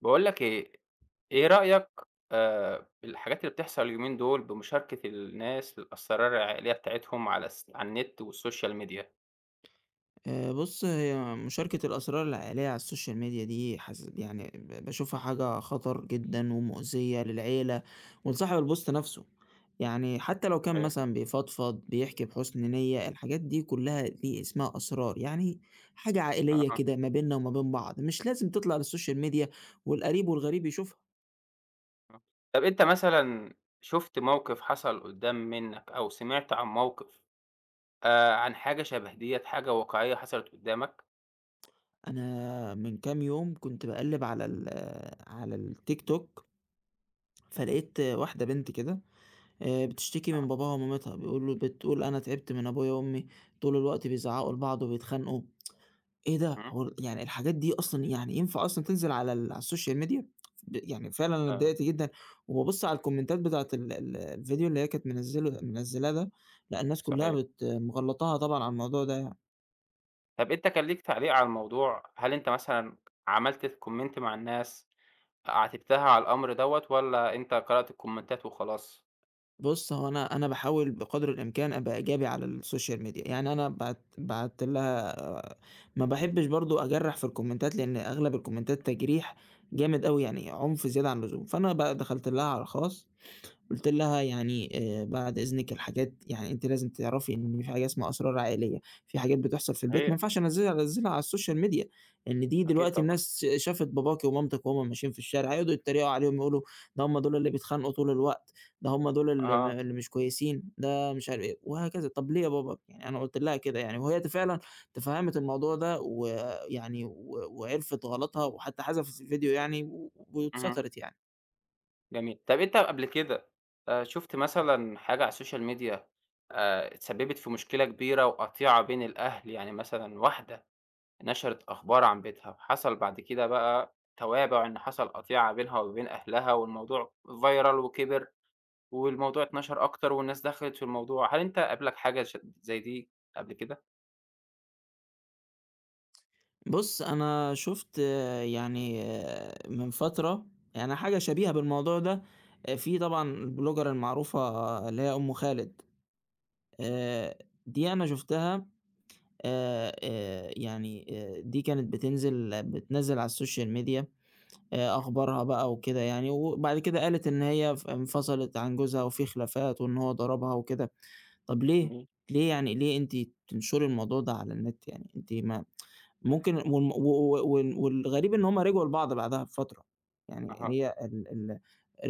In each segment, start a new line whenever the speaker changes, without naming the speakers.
باقول لك إيه، إيه رأيك الحاجات اللي بتحصل اليومين دول بمشاركة الناس الأسرار العائلية بتاعتهم على الس على النت والسوشيال ميديا؟
بُص، هي مشاركة الأسرار العائلية على السوشيال ميديا دي حاس يعني باشوفها حاجة خطر جدًا ومؤذية للعيلة ولصاحب البوست نفسه، يعني حتى لو كان
صحيح.
مثلًا بيفضفض، بيحكي بحُسن نية، الحاجات دي كلّها دي اسمها أسرار، يعني حاجة
آه،
عائلية
آه.
كده ما بيننا وما بين بعض، مش لازم تطلع للسوشيال ميديا والقريب والغريب يشوفها.
آه. طب أنت مثلًا شُفت موقف حصل قدّام منّك أو سمعت عن موقف عن حاجة شبه ديّة، حاجة واقعية حصلت قدّامك؟
أنا من كام يوم كنت باقلِّب على على التيك توك، فلقيت واحدة بنت كده بتشتكي من
آه،
باباها ومامتها، بيقول له بتقول أنا تعبت من أبويا وأمي طول الوقت بيزعّقوا لبعض وبيتخانقوا، إيه ده!
اهم،
هو يعني الحاجات دي أصلًا يعني ينفع أصلًا تنزل على على السوشيال ميديا؟ يعني فعلًا أنا
آه،
اتضايقت جدًا، وبابُص على الكومنتات بتاعة ال ال الفيديو اللي هي كانت منزّلاه ده، لأ الناس كلها
صحيح.
مغلّطاها طبعًا على الموضوع ده يعني.
طب أنت كان ليك تعليق على الموضوع، هل أنت مثلًا عملت comment مع الناس، عاتبتها على الأمر دوّة والّا أنت قرأت الكومنتات وخلاص؟
بُص، هو أنا باحاول بقدر الإمكان أبقى إيجابي على السوشيال ميديا، يعني أنا بعت لها آه، ما باحبش برضه أجرّح في الكومنتات، لإن أغلب الكومنتات تجريح جامد أوي، يعني عنف زيادة عن اللزوم، فأنا بقى دخلت لها على الخاص قُلت لها: "يعني بعد إذنِك الحاجات يعني أنتِ لازم تعرفي إن في حاجة اسمها أسرار عائلية، في حاجات بتحصل في البيت ما
صحيح.
ينفعش أنزّلها على السوشيال ميديا، لإن دي
أكيد
دلوقتي
طبعًا.
الناس شافت باباكِ ومامتِك وهُم ماشيين في الشارع، هيقعدوا يتريقوا عليهم يقولوا ده هُم دول اللي بيتخانقوا طول الوقت، ده هُم دول اللي م
آه.
اللي مش كويسين، ده مش عارف إيه." وهكذا. "طب ليه يا بابا؟" يعني أنا قُلت لها كده يعني، وهي فعلًا تفهّمِت الموضوع ده ويعني و وعرفِت غلطها وحتى حذفِت الفيديو يعني و
اهم.
واتسترت يعني.
جميل. طب أنت قبل كده شُفت مثلًا حاجة على السوشيال ميديا اتسبّبت في مشكلة كبيرة وقطيعة بين الأهل؟ يعني مثلًا واحدة نشرت أخبار عن بيتها وحصل بعد كده بقى توابع إن حصل قطيعة بينها وبين أهلها والموضوع viral وكِبِر والموضوع اتنشر أكتر والناس دخلت في الموضوع. هل أنت قابلك حاجة زي دي قبل كده؟
بُص، أنا شُفت آه، يعني من فترة يعني حاجة شبيهة بالموضوع ده، في طبعًا البلوجر المعروفة اللي هي أم خالد، آآ دي أنا شُفتها آآ آآ يعني دي كانت بتنزّل على الSocial media أخبارها بقى وكده يعني، وبعد كده قالت إن هي انفصلت عن جوزها وفي خلافات وإن هو ضربها وكده، طب ليه؟
جميل.
ليه أنتِ تنشري الموضوع ده على النت يعني؟ أنتِ ما ممكن والم و و وال والغريب إن هُم رجعوا لبعض بعدها بفترة، يعني
أها.
هي ال ال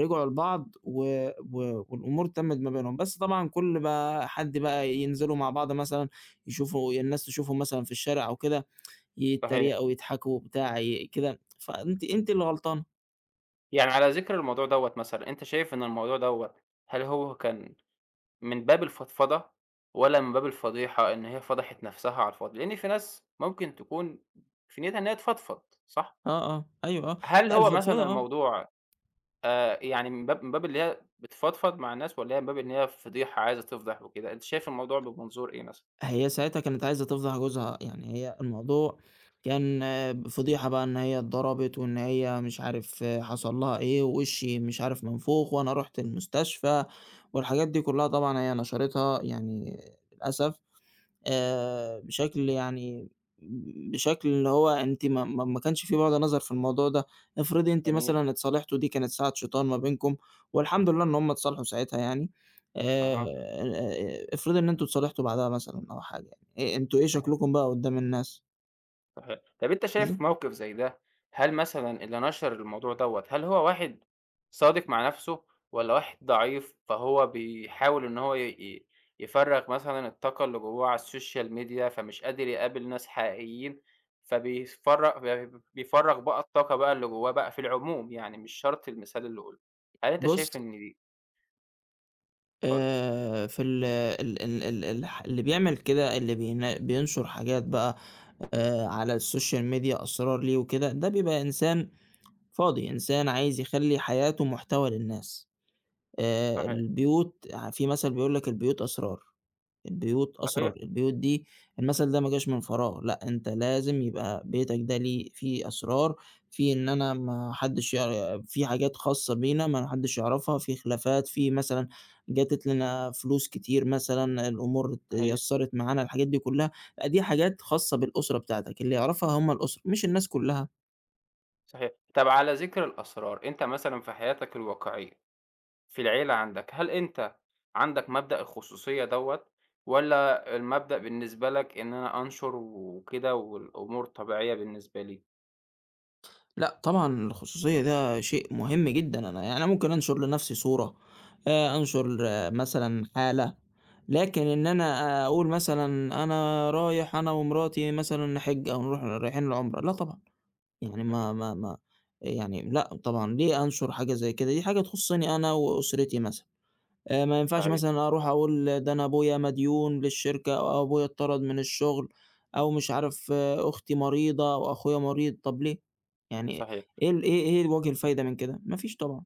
رجعوا لبعض و و والأمور تمِّت ما بينهم، بس طبعًا كل ما حد بقى ينزلوا مع بعض مثلًا يشوفوا الناس تشوفهم مثلًا في الشارع أو كده،
صحيح.
يتريقوا، يضحكوا، بتاع كده، فأنتِ اللي غلطانة.
يعني على ذِكر الموضوع دوّة مثلًا، أنت شايف إن الموضوع دوّة هل هو كان من باب الفضفضة ولا من باب الفضيحة إن هي فضحت نَفْسها على الفاضي، لإن في ناس ممكن تكون في نيّتها إن هي تفضفض صح؟
آه، آه، أيوه، آه،
هل
لأ
هو
الفضفضة
مثلًا
آه.
الموضوع يعني من باب اللي هي بتفضفض مع الناس والّا هي من باب إن هي فضيحة عايزة تفضح وكده، أنت شايف الموضوع بمنظور إيه مثلًا؟
هي ساعتها كانت عايزة تفضح جوزها، يعني هي الموضوع كان فضيحة بقى إن هي اتضربت وإن هي مش عارف حصل لها إيه، ووشي مش عارف منفوخ وأنا رُحت المستشفى، والحاجات دي كلّها طبعًا هي نشرتها يعني للأسف. بشكل بشكل اللي هو أنتِ ما كانش في بُعد نظر في الموضوع ده، افرضي أنتِ
جميل،
مثلًا اتصالحتوا دي كانت ساعة شيطان ما بينكم، والحمد لله إن هُم اتصالحوا ساعتها يعني،
أها،
افرضي إن أنتم اتصالحتوا بعدها مثلًا أو حاجة يعني، أنتم إيه
صحيح.
شكلكم بقى قدّام الناس؟
صحيح. طب أنت شايف
بالضبط.
موقف زي ده، هل مثلًا اللي نشر الموضوع دوّة، هل هو واحد صادق مع نفسه والّا واحد ضعيف، فهو بيحاول إن هو ي ي يفرّغ مثلًا الطاقة اللي جوّاه على السوشيال ميديا، فمش قادر يقابل ناس حقيقيين، فبيفرّغ ب بيفرّغ بقى الطاقة بقى اللي جوّاه بقى في العموم يعني مش شرط المثال اللي قُلته، هل أنت
بُص،
شايف إن دي اتفضل.
في ال ال ال ال الح اللي بيعمل كده، اللي بينشر حاجات بقى على السوشيال ميديا أسرار ليه وكده، ده بيبقى إنسان فاضي، إنسان عايز يخلّي حياته محتوى للناس.
صحيح،
البيوت ع في مثل بيقول لك: "البيوت أسرار، البيوت
صحيح،
أسرار." البيوت دي المثل ده ما جاش من فراغ، لأ أنت لازم يبقى بيتك ده ليه فيه أسرار، فيه إن أنا ما حدّش فيه حاجات خاصة بينا ما حدّش يعرفها، فيه خلافات، فيه مثلًا جَتت لنا فلوس كتير مثلًا، الأمور
صحيح،
اتيسّرت معانا، الحاجات دي كُلّها، لأ دي حاجات خاصة بالأسرة بتاعتك، اللي يعرفها هم الأسرة، مش الناس كُلّها.
صحيح. طب على ذكر الأسرار، أنت مثلًا في حياتك الواقعية في العيلة عندك، هل أنت عندك مبدأ الخصوصية دوّة، والّا المبدأ بالنسبة لك إن أنا أنشر وكده والأمور طبيعية بالنسبة لي؟
لأ طبعًا الخصوصية ده شيء مهم جدًا، أنا يعني أنا ممكن أنشر لنفسي صورة، أنشر مثلًا حالة، لكن إن أنا أقول مثلًا أنا رايح أنا ومراتي مثلًا نحِج أو نروح رايحين العُمرة، لأ طبعًا، يعني
جميل.
ما ما ما يعني لأ طبعًا ليه أنشر حاجة زي كده؟ دي حاجة تخصّني أنا وأسرتي مثلًا. ما ينفعش
صحيح،
مثلًا أروح أقول ده أنا أبويا مديون للشركة أو أبويا اتطرد من الشغل أو مش عارف أختي مريضة أو أخويا مريض، طب ليه؟ يعني
صحيح.
إيه ال إيه إيه وجه الفايدة من كده؟ ما فيش طبعًا.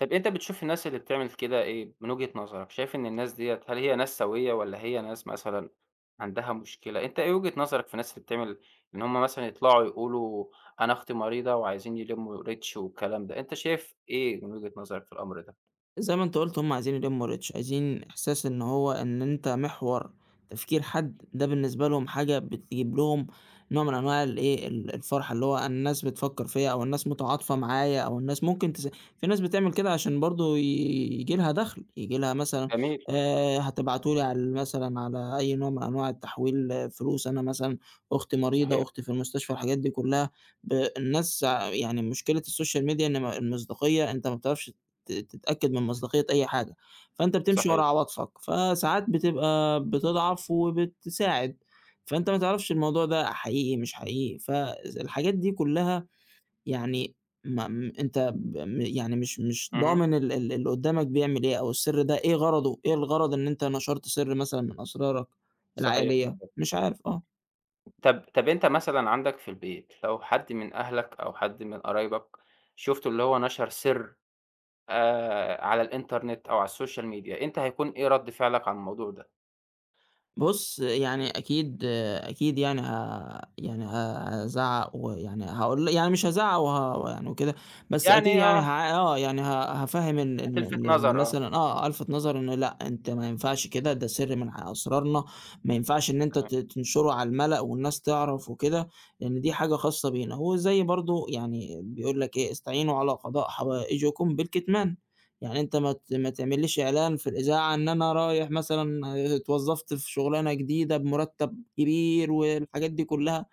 طب أنت بتشوف الناس اللي بتعمل كده إيه من وجهة نظرك؟ شايف إن الناس ديّة هل هي ناس سوية والّا هي ناس مثلًا عندها مشكلة؟ أنت إيه وجهة نظرك في الناس اللي بتعمل إن هم مثلًا يطلعوا يقولوا أنا أختي مريضة وعايزين يلموا ريتش والكلام ده، أنت شايف إيه من وجهة نظرك في الأمر ده؟
زي ما أنت قُلت هُم عايزين يلمّوا reach عايزين إحساس إن هو إن أنت محور تفكير حد، ده بالنسبة لهم حاجة بتجيب لهم نوع من أنواع الإيه، الفرحة، اللي هو الناس بتفكّر فيّا أو الناس متعاطفة معايا أو الناس ممكن في ناس بتعمل كده عشان برضه ييجي لها دَخْل، ييجي لها مثلًا
جميل،
هتبعتوا لي على مثلًا على أي نوع من أنواع التحويل فلوس، أنا مثلًا أختي مريضة،
صحيح،
أختي في المستشفى، الحاجات دي كُلّها يعني مشكلة السوشيال ميديا إن المصداقية أنت ما بتعرفش تتأكد من مصداقية أي حاجة، فأنت بتمشي ورا
صحيح.
عواطفك، فساعات بتبقى بتضعف وبتساعد، فأنت ما تعرفش الموضوع ده حقيقي مش حقيقي، فالحاجات دي كلّها يعني ما م أنت ب م يعني مش
اهم.
ضامن ال ال اللي قدّامك بيعمل إيه، أو السر ده إيه غرضه، إيه الغرض إن أنت نشرت سر مثلًا من أسرارك
صحيح،
العائلية،
صحيح.
مش عارف، آه.
طب أنت مثلًا عندك في البيت لو حد من أهلك أو حد من قرايبك شُفته اللي هو نشر سِر على الإنترنت أو على السوشيال ميديا، أنت هيكون إيه رَد فعلك عن الموضوع ده؟
بُص، يعني أكيد يعني ه يعني ه هازعّق ويعني هاقول يعني مش هازعّق يعني وكده، بس أكيد
يعني
يعني
آه،
ه آه، يعني ه هافهِّم ال ال
هتلفت
ال اللي
نظر آه،
مثلًا ألفِت نظره إنه لأ، أنت ما ينفعش كده، ده سِر من أسرارنا، ما ينفعش إن أنت
تمام.
تنشره على المَلأ والناس تعرف وكده، لإن دي حاجة خاصة بينا، وزي برضه يعني بيقول لك إيه، "استعينوا على قضاء حوائجكم بالكتمان." يعني أنت ما تعملّيش إعلان في الإذاعة إن أنا رايح مثلًا اتوظّفت في شُغلانة جديدة بمُرتّب كبير والحاجات دي كُلّها،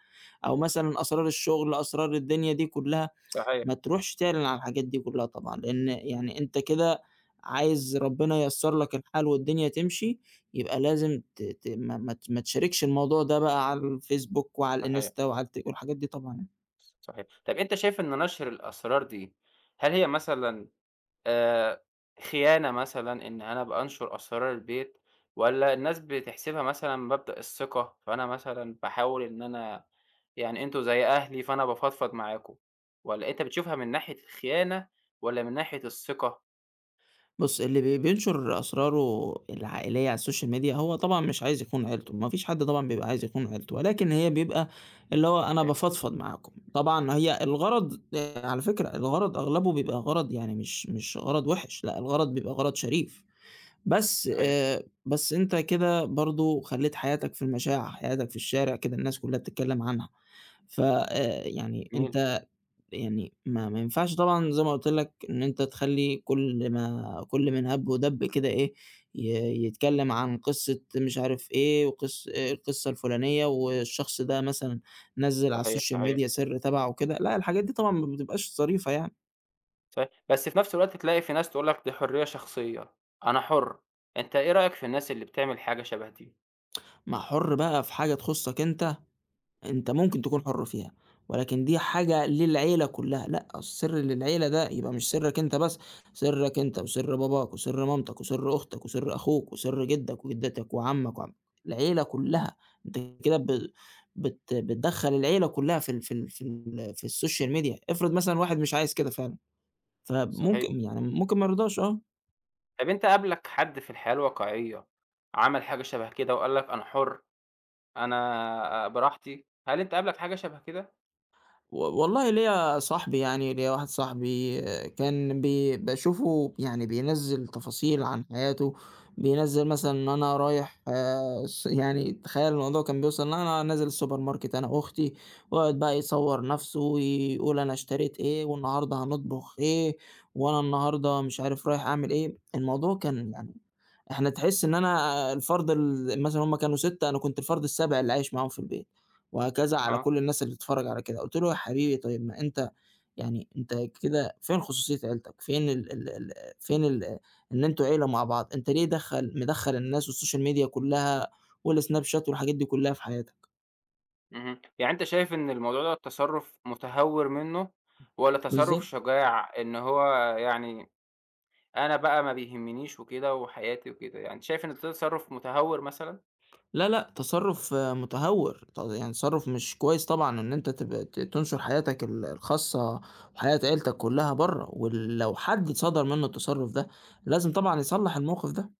أو مثلًا أسرار الشُغل، أسرار الدنيا دي كُلّها،
صحيح،
ما تروحش تعلن عن الحاجات دي كُلّها طبعًا، لإن يعني أنت كده عايز ربنا ييسّر لك الحال والدنيا تمشي، يبقى لازم ت ت ما ما ت ما تشاركش الموضوع ده بقى على الفيسبوك وعلى
صحيح،
الإنستا وعلى الت والحاجات دي طبعًا.
صحيح. طب أنت شايف إن نشر الأسرار دي، هل هي مثلًا آآ خيانة مثلًا إن أنا أبقى أنشر أسرار البيت، والّا الناس بتحسبها مثلًا مبدأ الثقة، فأنا مثلًا باحاول إن أنا يعني أنتم زي أهلي فأنا بافضفض معاكم، والّا أنت بتشوفها من ناحية الخيانة والّا من ناحية الثقة؟
بُص، اللي بينشر أسراره العائلية على السوشيال ميديا هو طبعًا مش عايز يخون عيلته، ما فيش حد طبعًا بيبقى عايز يخون عيلته، ولكن هي بيبقى اللي هو أنا
صحيح،
بافضفض معاكم، طبعًا هي الغرض على فكرة الغرض أغلبه بيبقى غرض يعني مش غرض وِحِش، لأ الغرض بيبقى غرض شريف، بس
صحيح،
آآ بس أنت كده برضه خلّيت حياتك في المشاع، حياتك في الشارع كده الناس كلّها بتتكلّم عنها، ف يعني
جميل،
أنت يعني ما ما ينفعش طبعًا زي ما قُلت لك إن أنت تخلّي كل ما كل من هَب ودَب كده إيه، يتكلّم عن قصة مش عارف إيه، وقص القصة الفُلانية والشخص ده مثلًا نزّل على
صحيح،
السوشيال
صحيح.
ميديا سِر تبَعه وكده، لأ الحاجات دي طبعًا ما بتبقاش ظريفة يعني،
صحيح، بس في نفس الوقت تلاقي في ناس تقول لك دي حرية شخصية، أنا حُر، أنت إيه رأيك في الناس اللي بتعمل حاجة شبه دي؟
ما حُر بقى في حاجة تخُصّك أنت أنت ممكن تكون حُر فيها، ولكن دي حاجة للعيلة كلّها، لأ السر للعيلة ده يبقى مش سرّك أنت بس، سرّك أنت وسر باباك وسر مامتك وسر أختك وسر أخوك وسر جدك وجدتك وعمّك وعم العيلة كلّها، أنت كده ب بت بتدخّل العيلة كلّها في السوشيال ميديا، افرض مثلًا واحد مش عايز كده فعلًا،
صحيح.
فممكن يعني ممكن ما يرضاش آه.
طب أنت قابلك حد في الحياة الواقعية عمل حاجة شبه كده وقال لك أنا حُر؟ أنا براحتي. هل أنت قابلك حاجة شبه كده؟
والله ليّا صاحبي يعني، ليّا واحد صاحبي آه، كان باشوفه يعني بينزّل تفاصيل عن حياته، بينزّل مثلًا إن أنا رايح يعني تخيّل الموضوع كان بيوصل إن أنا نازل السوبر ماركت أنا وأختي، ويقعد بقى يصوّر نَفْسه ويقول أنا اشتريت إيه والنهارده هنطبخ إيه، وأنا النهارده مش عارف رايح أعمل إيه، الموضوع كان يعني إحنا تحس إن أنا الفرد مثلًا هُم كانوا 6 أنا كنت الفرد السابع اللي عايش معاهم في البيت، وهكذا على
أها،
كل الناس اللي بتتفرّج على كده، قُلت له: "يا حبيبي طيب ما أنت يعني أنت كده فين خصوصية عيلتك، فين ال ال ال فين ال إن أنتم عيلة مع بعض، أنت ليه مدخّل الناس والسوشيال ميديا كلّها والسناب شات والحاجات دي كلّها في حياتك؟"
اهم. يعني أنت شايف إن الموضوع ده تصرُّف متهور منّه والّا تصرُّف
بالضبط.
شجاع إن هو يعني أنا بقى ما بيهمنيش وكده وحياتي وكده، يعني شايف إن ده تصرُّف متهور مثلًا؟
لا لأ، تصرُّف متهوّر، يعني تصرُّف مش كويس طبعًا إن أنت تبقى تنشُر حياتك الخاصة وحياة عيلتك كلّها برّه، ولو حد صدر منّه التصرُّف ده، لازم طبعًا يصلّح الموقف ده.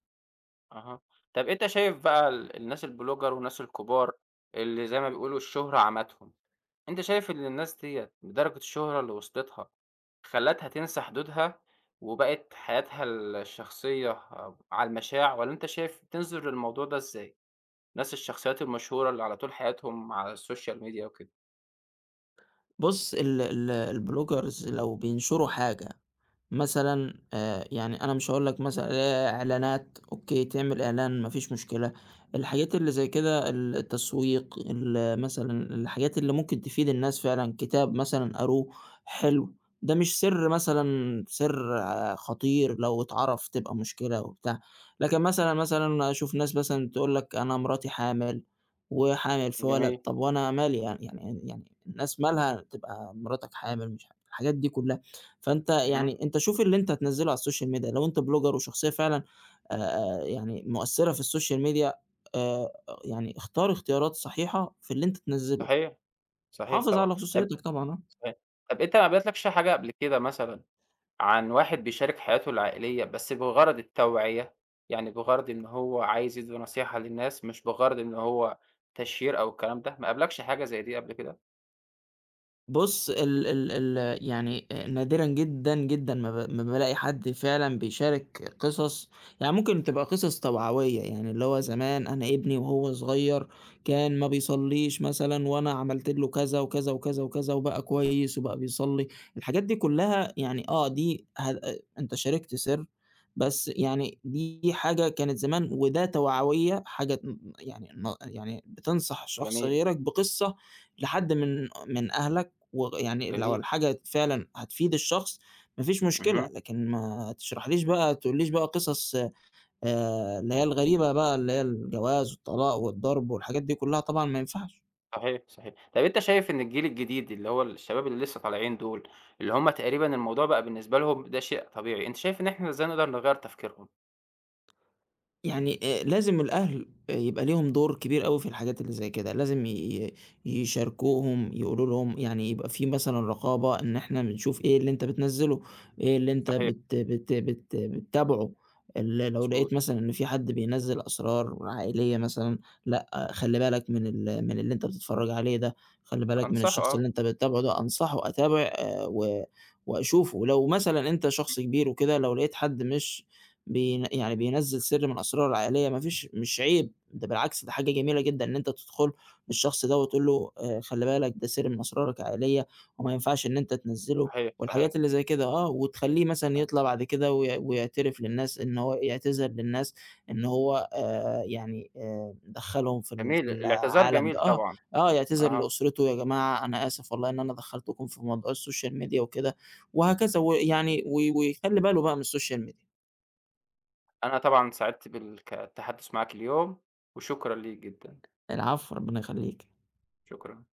أها. طَب أنت شايف بقى الناس الblogger والناس الكبار اللي زي ما بيقولوا الشهرة عمتهم أنت شايف إن الناس ديّة بدرجة الشهرة اللي وصلت لها، خلّتها تنسى حدودها، وبقت حياتها الشخصية على المشاع، والّا أنت شايف تنظر للموضوع ده إزاي؟ الناس الشخصيات المشهورة اللي على طول حياتهم على السوشيال ميديا وكده.
بُص ال ال البلوجرز لو بينشروا حاجة مثلًا يعني أنا مش هاقول لك مثلًا إعلانات أوكي، تعمل إعلان ما فيش مشكلة، الحاجات اللي زي كده التسويق مثلًا الحاجات اللي ممكن تفيد الناس فعلًا، كتاب مثلًا قارُوه حلو، ده مش سِر مثلًا سِر خطير لو اتعرف تبقى مشكلة وبتاع، لكن مثلًا، مثلًا أشوف ناس مثلًا تقول لك أنا مراتي حامل وحامل في
جميل،
ولد، طَب وأنا مالي يعني يعني يعني الناس مالها تبقى مراتك حامل مش ح الحاجات دي كلها. فأنت
اهم،
يعني أنت شوف اللي أنت هتنزّله على السوشيال ميديا، لو أنت بلوجر وشخصية فعلًا يعني مؤثّرة في السوشيال ميديا، آآ يعني اختار اختيارات صحيحة في اللي أنت تنزّله،
صحيح، صحيح
وحافظ
طبعًا.
على
طب
خصوصيتك طبعًا، آه.
صحيح، طب أنت ما قابلتكش حاجة قبل كده مثلًا عن واحد بيشارك حياته العائلية بس بغرض التوعية، يعني بغرض إن هو عايز يدّي نصيحة للناس، مش بغرض إن هو تشهير أو الكلام ده، ما قابلكش حاجة زي دي قبل كده؟
بُص ال ال ال يعني نادرًا جدًا، جدًا ما بالاقي حد فعلًا بيشارك قصص يعني ممكن تبقى قصص توعوية، يعني اللي هو زمان أنا ابني وهو صغير كان ما بيصلّيش مثلًا وأنا عملت له كذا، وكذا، وكذا، وكذا وبقى كويس وبقى بيصلّي، الحاجات دي كلّها يعني آه دي ه أنت شاركت سِر، بس يعني دي حاجة كانت زمان وده توعوية حاجة م يعني ن يعني بتنصح شخص
جميل،
غيرك بقصة لحد من أهلك ويعني لو
جميل.
الحاجة فعلًا هتفيد الشخص ما فيش مشكلة،
اهم،
لكن ما تشرحليش بقى تقوليش بقى قصص اللي هي الغريبة بقى اللي هي الجواز والطلاق والضرب والحاجات دي كلها طبعًا ما ينفعش.
صحيح، صحيح. طب أنت شايف إن الجيل الجديد اللي هو الشباب اللي لسه طالعين دول، اللي هم تقريبًا الموضوع بقى بالنسبة لهم ده شيء طبيعي، أنت شايف إن إحنا إزاي نقدر نغيّر تفكيرهم؟
يعني لازم الأهل آه، يبقى ليهم دور كبير أوي في الحاجات اللي زي كده، لازم يشاركوهم، يقولوا لهم يعني يبقى في مثلًا رقابة إن إحنا بنشوف إيه اللي أنت بتنزّله، إيه اللي أنت
صحيح،
بت بت بت بتتابعه، لو لقيت
مضبوط.
مثلًا إن في حد بينزّل أسرار عائلية مثلًا، لأ خلِّ بالك من اللي أنت بتتفرّج عليه ده، خلِّ بالك من
أنصحه
الشخص
آه،
اللي أنت بتتابعه ده، أنصحه أتابع و وأشوفه، ولو مثلًا أنت شخص كبير وكده لو لقيت حد مش بينزّل سِر من أسرار العائلية، ما فيش مش عيب، ده بالعكس ده حاجة جميلة جدًا إن أنت تدخل للشخص ده وتقول له خلّي بالك ده سِر من أسرارك العائلية وما ينفعش إن أنت تنزّله
صحيح، صحيح.
والحاجات اللي زي كده آه، وتخلّيه مثلًا
آه،
يطلع بعد كده ويعترف للناس إن هو يعتذر للناس إن هو دخّلهم في
جميل، الاعتذار
العالم ده
جميل
آه،
طبعًا.
آه، يعتذر
أها.
لأسرته "يا جماعة أنا آسف والله إن أنا دخّلتكم في موضوع السوشيال ميديا وكده." وهكذا، ويعني ويخلّي باله بقى من السوشيال ميديا.
أنا طبعًا سعدت بالك التحدُّث معاكِ اليوم، وشكرًا ليك جدًا،
العفو، ربنا يخلّيكِ.
شكرًا.